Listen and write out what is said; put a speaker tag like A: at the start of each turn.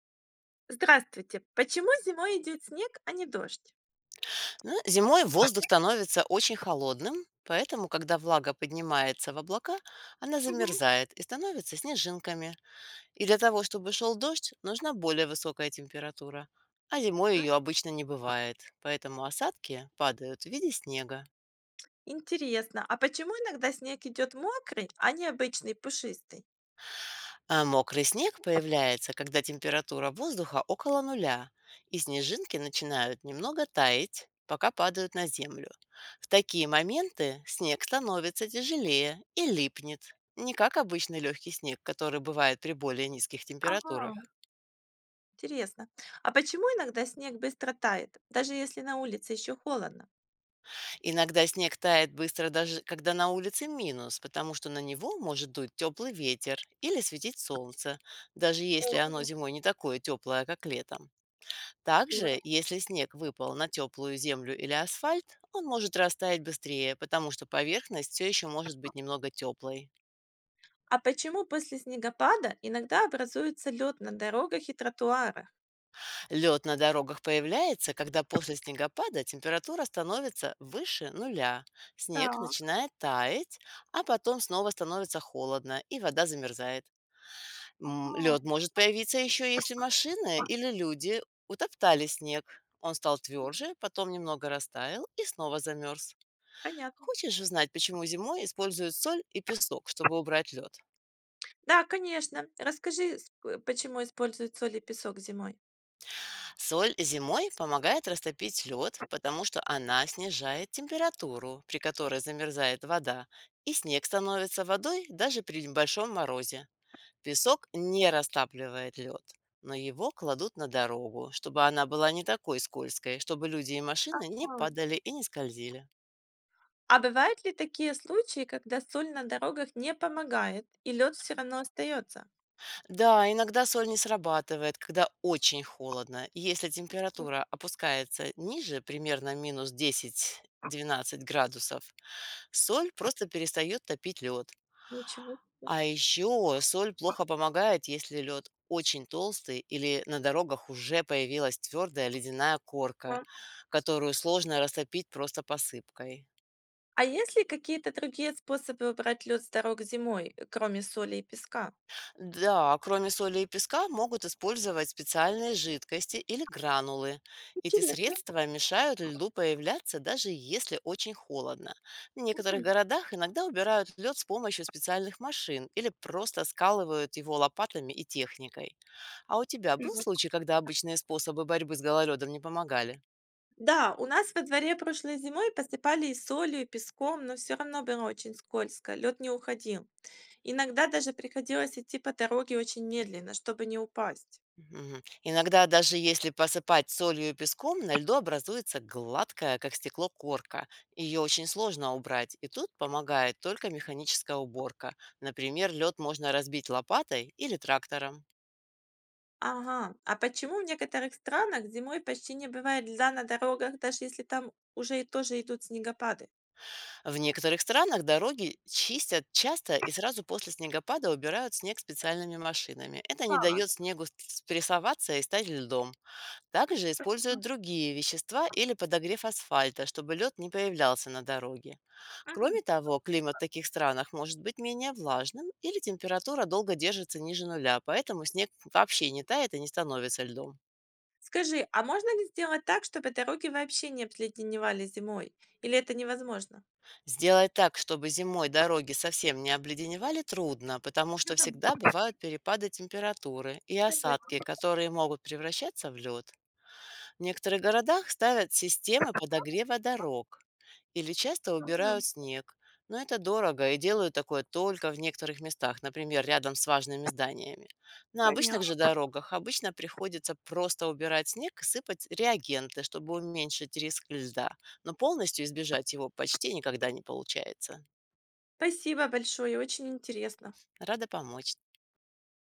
A: Здравствуйте. Почему зимой идет снег, а не дождь?
B: Ну, зимой воздух становится очень холодным, поэтому, когда влага поднимается в облака, она замерзает и становится снежинками. И для того, чтобы шел дождь, нужна более высокая температура. А зимой
A: М,
B: ее обычно не бывает, поэтому осадки падают в виде снега.
A: интересно. А почему иногда снег идет мокрый, а не обычный пушистый?
B: А мокрый снег появляется, когда температура воздуха около нуля, и снежинки начинают немного таять, пока падают на землю. В такие моменты снег становится тяжелее и липнет. Не как обычный легкий снег, который бывает при более низких
A: Ага.
B: температурах.
A: Интересно. А почему иногда снег быстро тает, даже если на улице еще холодно?
B: Иногда снег тает быстро, даже когда на улице минус, потому что на него может дуть теплый ветер или светить солнце, даже если оно зимой не такое теплое, как летом. Также,
A: Здорово.
B: если снег выпал на теплую землю или асфальт, он может растаять быстрее, потому что поверхность все еще может быть немного теплой.
A: А почему после снегопада иногда образуется лед на дорогах и тротуарах?
B: Лед на дорогах появляется, когда после снегопада температура становится выше нуля. Снег
A: Так,
B: начинает таять, а потом снова становится холодно, и вода замерзает.
A: ага,
B: Лед может появиться еще, если машины или люди утоптали снег. Он стал тверже, потом немного растаял и снова замерз.
A: понятно.
B: Хочешь узнать, почему зимой используют соль и песок, чтобы убрать лед?
A: Да, конечно. Расскажи, почему используют соль и песок зимой?
B: Соль зимой помогает растопить лед, потому что она снижает температуру, при которой замерзает вода, и снег становится водой даже при небольшом морозе. Песок не растапливает лед, но его кладут на дорогу, чтобы она была не такой скользкой, чтобы люди и машины не
A: А
B: падали и не скользили.
A: А бывают ли такие случаи, когда соль на дорогах не помогает и лед все равно остается?
B: Да, иногда соль не срабатывает, когда очень холодно. И если
A: М,
B: температура опускается ниже, примерно минус 10-12 градусов, соль просто перестает топить лед.
A: ничего
B: А еще соль плохо помогает, если лед очень толстый или на дорогах уже появилась твердая ледяная корка,
A: себе.
B: которую сложно растопить просто посыпкой.
A: А есть ли какие-то другие способы убрать лед с дорог зимой, кроме соли и песка?
B: Да, кроме соли и песка могут использовать специальные жидкости или гранулы. Эти
A: Интересно.
B: средства мешают льду появляться, даже если очень холодно. В некоторых городах иногда убирают лед с помощью специальных машин или просто скалывают его лопатами и техникой. А у тебя был
A: М.
B: случай, когда обычные способы борьбы с гололедом не помогали?
A: Да, у нас во дворе прошлой зимой посыпали и солью, и песком, но все равно было очень скользко, лед не уходил. Иногда даже приходилось идти по дороге очень медленно, чтобы не упасть.
B: Мгм. Иногда даже если посыпать солью и песком, на льду образуется гладкая, как стекло, корка. Ее очень сложно убрать, и тут помогает только механическая уборка. Например, лед можно разбить лопатой или трактором.
A: Ага, а почему в некоторых странах зимой почти не бывает льда на дорогах, даже если там уже и тоже идут снегопады?
B: В некоторых странах дороги чистят часто и сразу после снегопада убирают снег специальными машинами. Это не
A: Так.
B: дает снегу спрессоваться и стать льдом. Также используют другие вещества или подогрев асфальта, чтобы лед не появлялся на дороге. Кроме
A: Мгм.
B: того, климат в таких странах может быть менее влажным или температура долго держится ниже нуля, поэтому снег вообще не тает и не становится льдом.
A: Скажи, а можно ли сделать так, чтобы дороги вообще не обледеневали зимой? Или это невозможно?
B: Сделать так, чтобы зимой дороги совсем не обледеневали, трудно, потому что
A: Мгм.
B: всегда бывают перепады температуры и
A: Конечно.
B: осадки, которые могут превращаться в лед. В некоторых городах ставят системы подогрева дорог или часто
A: Мгм.
B: убирают снег. Но это дорого и делают такое только в некоторых местах, например, рядом с важными зданиями. На обычных
A: Понятно.
B: же дорогах обычно приходится просто убирать снег и сыпать реагенты, чтобы уменьшить риск льда. Но полностью избежать его почти никогда не получается.
A: Спасибо большое, очень интересно.
B: Рада помочь.